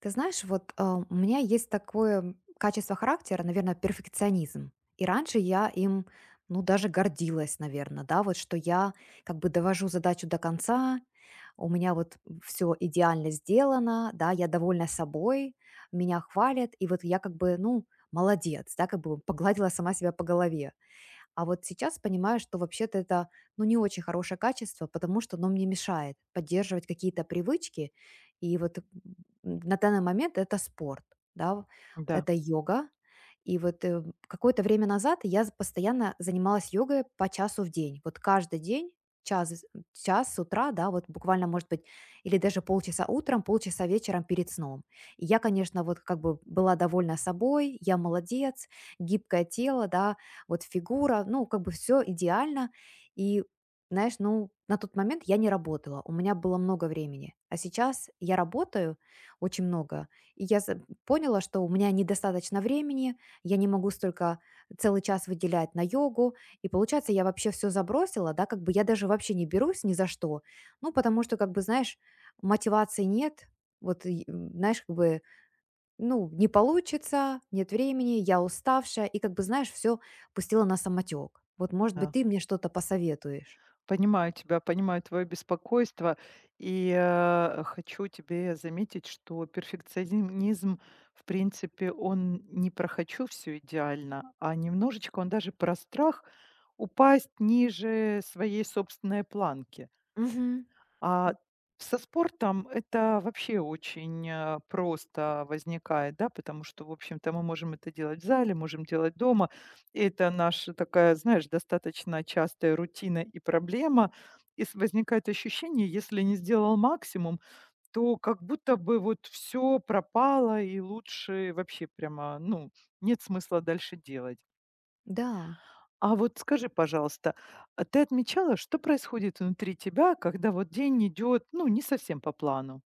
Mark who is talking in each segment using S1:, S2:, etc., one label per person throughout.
S1: Ты знаешь, вот у меня есть такое качество характера, наверное, перфекционизм. И раньше я им, ну, даже гордилась, наверное, да, вот что я как бы довожу задачу до конца, у меня вот все идеально сделано, да, я довольна собой, меня хвалят, и вот я как бы, ну, молодец, да, как бы погладила сама себя по голове. А вот сейчас понимаю, что вообще-то это, ну, не очень хорошее качество, потому что оно мне мешает поддерживать какие-то привычки. И вот на данный момент это спорт, да,
S2: Да,
S1: это йога. И вот какое-то время назад я постоянно занималась йогой по часу в день. Вот каждый день час, час с утра, да, вот буквально, может быть, или даже полчаса утром, полчаса вечером перед сном. И я, конечно, вот как бы была довольна собой, я молодец, гибкое тело, да, вот фигура, ну, как бы все идеально. И, знаешь, ну, на тот момент я не работала, у меня было много времени. А сейчас я работаю очень много, и я поняла, что у меня недостаточно времени, я не могу столько целый час выделять на йогу, и получается, я вообще все забросила, да, как бы я даже вообще не берусь ни за что, ну, потому что, как бы, знаешь, мотивации нет, вот, и, знаешь, как бы ну, не получится, нет времени, я уставшая, и как бы, знаешь, все пустила на самотек. Вот, может быть,
S2: да.
S1: ты мне что-то посоветуешь.
S2: Понимаю тебя, понимаю твое беспокойство. И хочу тебе заметить, что перфекционизм, в принципе, он не про «хочу все идеально», а немножечко он даже про страх упасть ниже своей собственной планки.
S1: Мгм.
S2: А со спортом это вообще очень просто возникает, да, потому что, в общем-то, мы можем это делать в зале, можем делать дома. И это наша такая, знаешь, достаточно частая рутина и проблема. И возникает ощущение, если не сделал максимум, то как будто бы вот все пропало, и лучше вообще прямо, ну, нет смысла дальше делать.
S1: Да.
S2: А вот скажи, пожалуйста, а ты отмечала, что происходит внутри тебя, когда вот день идет, ну, не совсем по плану?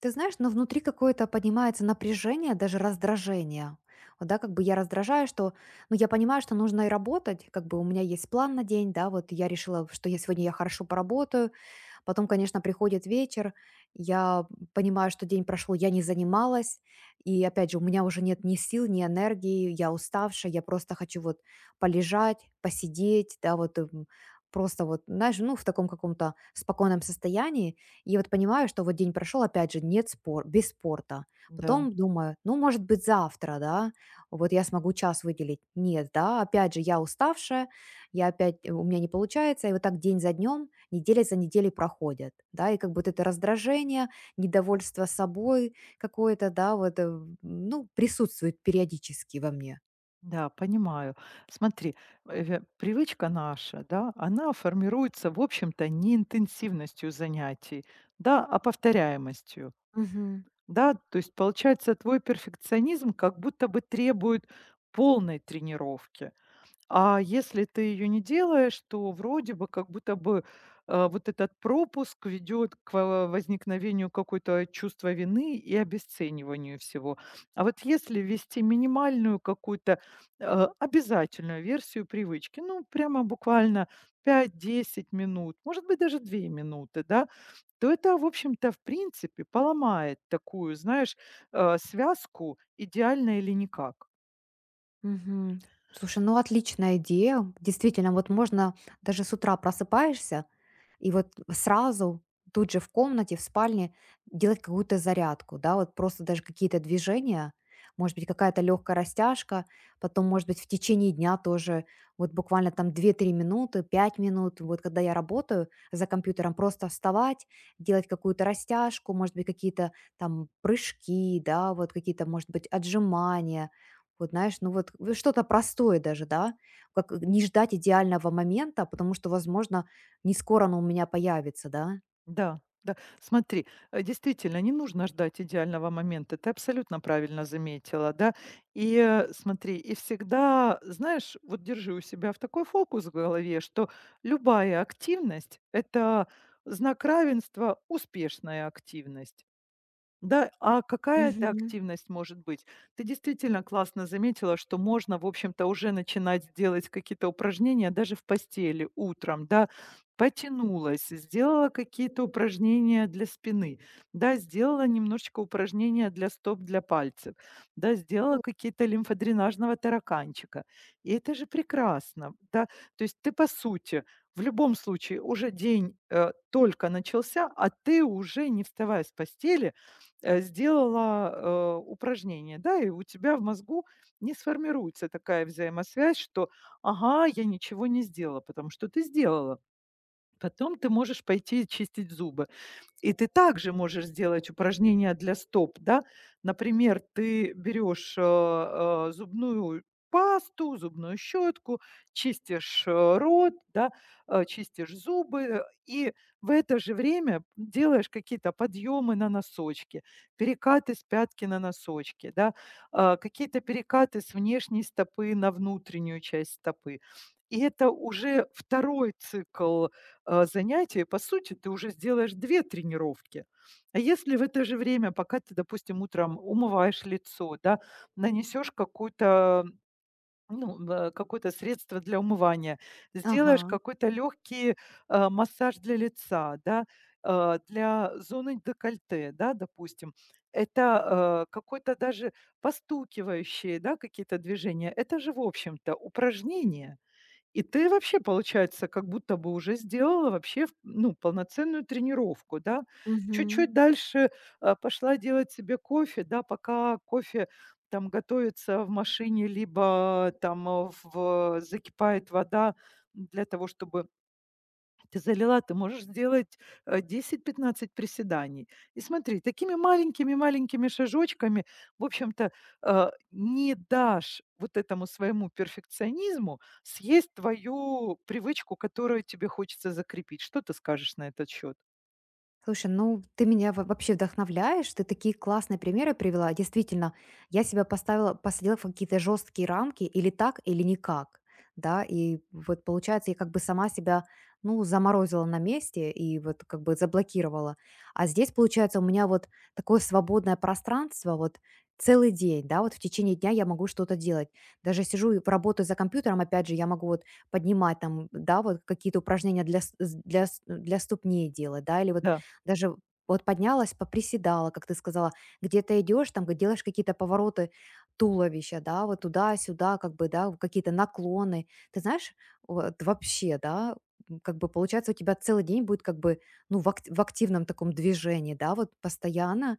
S1: Ты знаешь, но внутри какое-то поднимается напряжение, даже раздражение. Вот, да, как бы я раздражаю, что, ну, я понимаю, что нужно и работать, как бы у меня есть план на день, да, вот я решила, что я сегодня я хорошо поработаю. Потом, конечно, приходит вечер, я понимаю, что день прошел, я не занималась, и опять же, у меня уже нет ни сил, ни энергии, я уставшая, я просто хочу вот полежать, посидеть, да, вот просто вот, знаешь, ну, в таком каком-то спокойном состоянии, и вот понимаю, что вот день прошел, опять же, нет спор, без спорта.
S2: Да,
S1: Потом думаю, ну, может быть, завтра, да, вот я смогу час выделить. Нет, да, опять же, я уставшая, я опять, у меня не получается, и вот так день за днем, неделя за неделей проходят, да, и как бы вот это раздражение, недовольство собой какое-то, да, вот, ну, присутствует периодически во мне.
S2: да, понимаю. Смотри, привычка наша, да, она формируется, в общем-то, не интенсивностью занятий, да, а повторяемостью,
S1: Мгм.
S2: да. То есть, получается, твой перфекционизм как будто бы требует полной тренировки. А если ты ее не делаешь, то вроде бы как будто бы, вот этот пропуск ведет к во возникновению какой-то чувства вины и обесцениванию всего. А вот если ввести минимальную какую-то, обязательную версию привычки, ну, прямо буквально 5-10 минут, может быть, даже 2 минуты, да, то это, в общем-то, в принципе поломает такую, знаешь, связку идеально или никак.
S1: Мгм. Слушай, ну отличная идея. Действительно, вот можно даже с утра просыпаешься, и вот сразу тут же в комнате, в спальне делать какую-то зарядку, да, вот просто даже какие-то движения, может быть, какая-то легкая растяжка, потом, может быть, в течение дня тоже, вот буквально там две-три минуты, 5 минут, вот когда я работаю за компьютером, просто вставать, делать какую-то растяжку, может быть, какие-то там прыжки, да, вот какие-то, может быть, отжимания, вот знаешь, ну вот в что-то простое даже, да, как не ждать идеального момента, потому что, возможно, не скоро оно у меня появится, да.
S2: Да, да. Смотри, действительно, не нужно ждать идеального момента. Ты абсолютно правильно заметила, да. И смотри, и всегда, знаешь, вот держи у себя в такой фокус в голове, что любая активность– это знак равенства успешная активность. Да, а какая это
S1: Мгм.
S2: активность может быть? Ты действительно классно заметила, что можно, в общем-то, уже начинать делать какие-то упражнения даже в постели утром, да. Потянулась, сделала какие-то упражнения для спины, да, сделала немножечко упражнения для стоп, для пальцев, да, сделала какие-то лимфодренажного тараканчика. И это же прекрасно, да. То есть ты, по сути, в любом случае уже день только начался, а ты уже, не вставая с постели, сделала, упражнение, да, и у тебя в мозгу не сформируется такая взаимосвязь, что ага, я ничего не сделала, потому что ты сделала. Потом ты можешь пойти чистить зубы. И ты также можешь сделать упражнения для стоп, да. Например, ты берешь, зубную пасту, зубную щетку, чистишь, рот, да, чистишь зубы, и в это же время делаешь какие-то подъемы на носочки, перекаты с пятки на носочки, да, какие-то перекаты с внешней стопы на внутреннюю часть стопы. И это уже второй цикл, занятия, по сути, ты уже сделаешь 2 тренировки. А если в это же время, пока ты, допустим, утром умываешь лицо, да, нанесешь какую-то, ну, какое-то средство для умывания, сделаешь
S1: Ага.
S2: какой-то легкий массаж для лица, да, для зоны декольте, да, допустим, это какое-то даже постукивающие, да, какие-то движения, это же, в общем-то, упражнение. И ты вообще, получается, как будто бы уже сделала вообще, в ну, полноценную тренировку, да.
S1: Мгм.
S2: Чуть-чуть дальше, пошла делать себе кофе, да, пока кофе там готовится в машине, либо там, закипает вода для того, чтобы ты залила, ты можешь сделать 10-15 приседаний. И смотри, такими маленькими-маленькими шажочками, в общем-то, не дашь вот этому своему перфекционизму съесть твою привычку, которую тебе хочется закрепить. Что ты скажешь на этот счет?
S1: Слушай, ну ты меня вообще вдохновляешь, ты такие классные примеры привела. Действительно, я себя поставила, посадила в какие-то жесткие рамки, или так, или никак, да, и вот получается, я как бы сама себя, ну, заморозила на месте и вот как бы заблокировала. А здесь, получается, у меня вот такое свободное пространство, вот целый день, да, вот в течение дня я могу что-то делать. Даже сижу и работаю за компьютером, опять же, я могу вот поднимать там, да, вот какие-то упражнения для, для, для ступней делать, да, или вот
S2: Да,
S1: даже вот поднялась, поприседала, как ты сказала, где-то идешь, там делаешь какие-то повороты туловища, да, вот туда-сюда, как бы, да, какие-то наклоны. Ты знаешь, вот вообще, да, как бы получается у тебя целый день будет как бы, ну, в, в активном таком движении, да, вот постоянно,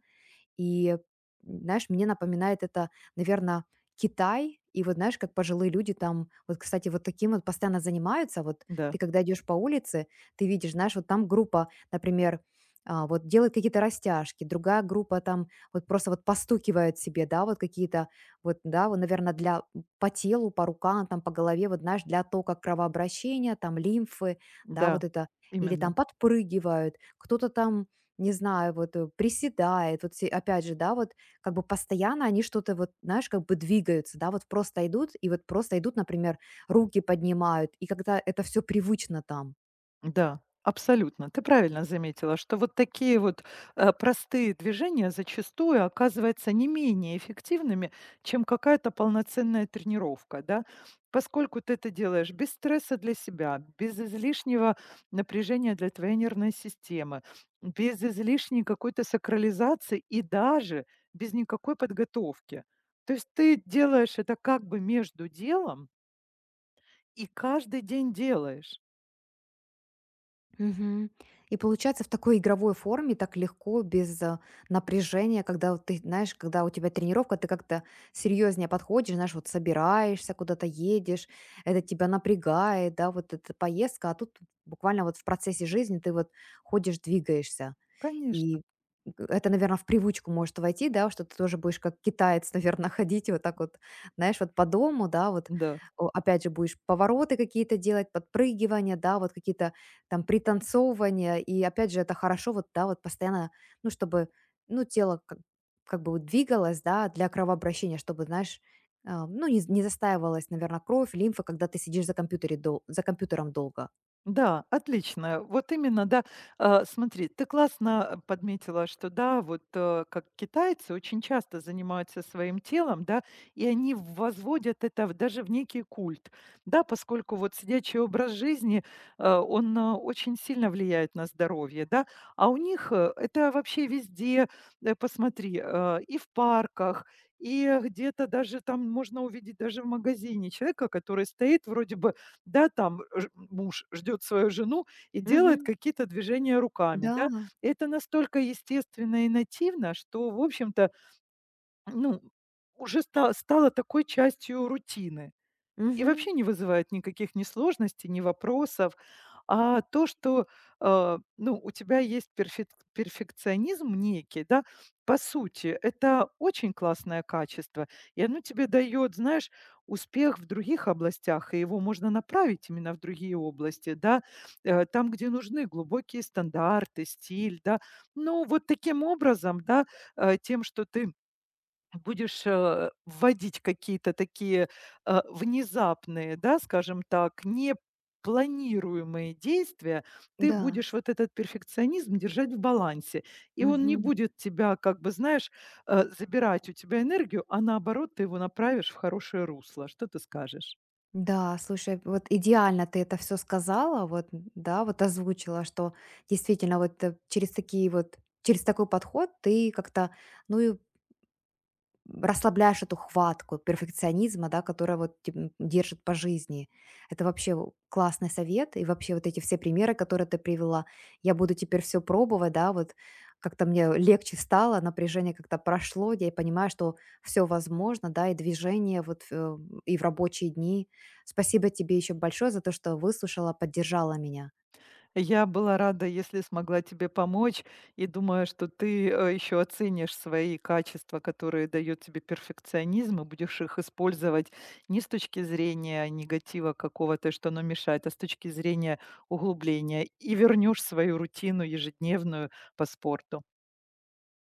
S1: и, знаешь, мне напоминает это, наверное, Китай. И вот, знаешь, как пожилые люди там, вот, кстати, вот таким вот постоянно занимаются. Вот
S2: да,
S1: ты когда идешь по улице, ты видишь, знаешь, вот там группа, например, вот делает какие-то растяжки, другая группа там вот просто вот постукивает себе, да, вот какие-то вот, да, вот, наверное, для по телу, по рукам, там, по голове, вот, знаешь, для тока кровообращения, там, лимфы, да,
S2: да,
S1: вот это. Или там
S2: именно.
S1: подпрыгивают, кто-то там не знаю, вот, приседает, вот се опять же, да, вот как бы постоянно они что-то вот, знаешь, как бы двигаются, да, вот просто идут и вот просто идут, например, руки поднимают, и когда это все привычно там.
S2: Да, абсолютно. Ты правильно заметила, что вот такие вот простые движения зачастую оказываются не менее эффективными, чем какая-то полноценная тренировка, да, поскольку ты это делаешь без стресса для себя, без излишнего напряжения для твоей нервной системы, без излишней какой-то сакрализации и даже без никакой подготовки. То есть ты делаешь это как бы между делом и каждый день делаешь.
S1: Мгм. И получается в такой игровой форме так легко, без, напряжения, когда вот ты, знаешь, когда у тебя тренировка, ты как-то серьезнее подходишь, знаешь, вот собираешься, куда-то едешь, это тебя напрягает, да, вот эта поездка, а тут буквально вот в процессе жизни ты вот ходишь, двигаешься.
S2: Конечно,
S1: И г это, наверное, в привычку может войти, да, что ты тоже будешь как китаец, наверное, ходить вот так вот, знаешь, вот по дому, да, вот.
S2: да.
S1: О, опять же, будешь повороты какие-то делать, подпрыгивания, да, вот какие-то там пританцовывания. И опять же, это хорошо вот, да, вот постоянно, ну, чтобы, ну, тело как бы вот двигалось, да, для кровообращения, чтобы, знаешь, ну, не застаивалась, наверное, кровь, лимфа, когда ты сидишь за компьютером долго.
S2: Да, отлично. Вот именно, да. А, смотри, ты классно подметила, что да, вот как китайцы очень часто занимаются своим телом, да, и они возводят это даже в некий культ, да, поскольку вот сидячий образ жизни, он очень сильно влияет на здоровье, да, а у них это вообще везде, посмотри, и в парках, и где-то даже там можно увидеть даже в магазине человека, который стоит вроде бы да, там ж муж ждет свою жену и делает
S1: Мгм.
S2: какие-то движения руками, да.
S1: Да.
S2: Это настолько естественно и нативно, что, в общем-то, ну, уже стало такой частью рутины. И
S1: Мгм.
S2: вообще не вызывает никаких ни сложностей, ни вопросов. А то, что, ну, у тебя есть перфекционизм некий, да, по сути, это очень классное качество, и оно тебе дает, знаешь, успех в других областях, и его можно направить именно в другие области, да, там, где нужны глубокие стандарты, стиль, да. Ну вот таким образом, да, тем, что ты будешь вводить какие-то такие, внезапные, да, скажем так, непланируемые действия, ты
S1: Да.
S2: будешь вот этот перфекционизм держать в балансе. И он не
S1: Мгм.
S2: будет тебя, как бы, знаешь, забирать у тебя энергию, а наоборот, ты его направишь в хорошее русло. Что ты скажешь?
S1: Да, слушай, вот идеально ты это все сказала, вот, да, вот озвучила, что действительно вот, через такие вот через такой подход ты как-то, ну, расслабляешь эту хватку перфекционизма, да, которая вот держит по жизни. Это вообще классный совет. И вообще вот эти все примеры, которые ты привела, я буду теперь все пробовать, да, вот как-то мне легче стало, напряжение как-то прошло, я и понимаю, что все возможно, да, и движение вот и в рабочие дни. Спасибо тебе еще большое за то, что выслушала, поддержала меня.
S2: Я была рада, если смогла тебе помочь, и думаю, что ты еще оценишь свои качества, которые дает тебе перфекционизм, и будешь их использовать не с точки зрения негатива какого-то, что оно мешает, а с точки зрения углубления, и вернешь свою рутину ежедневную по спорту.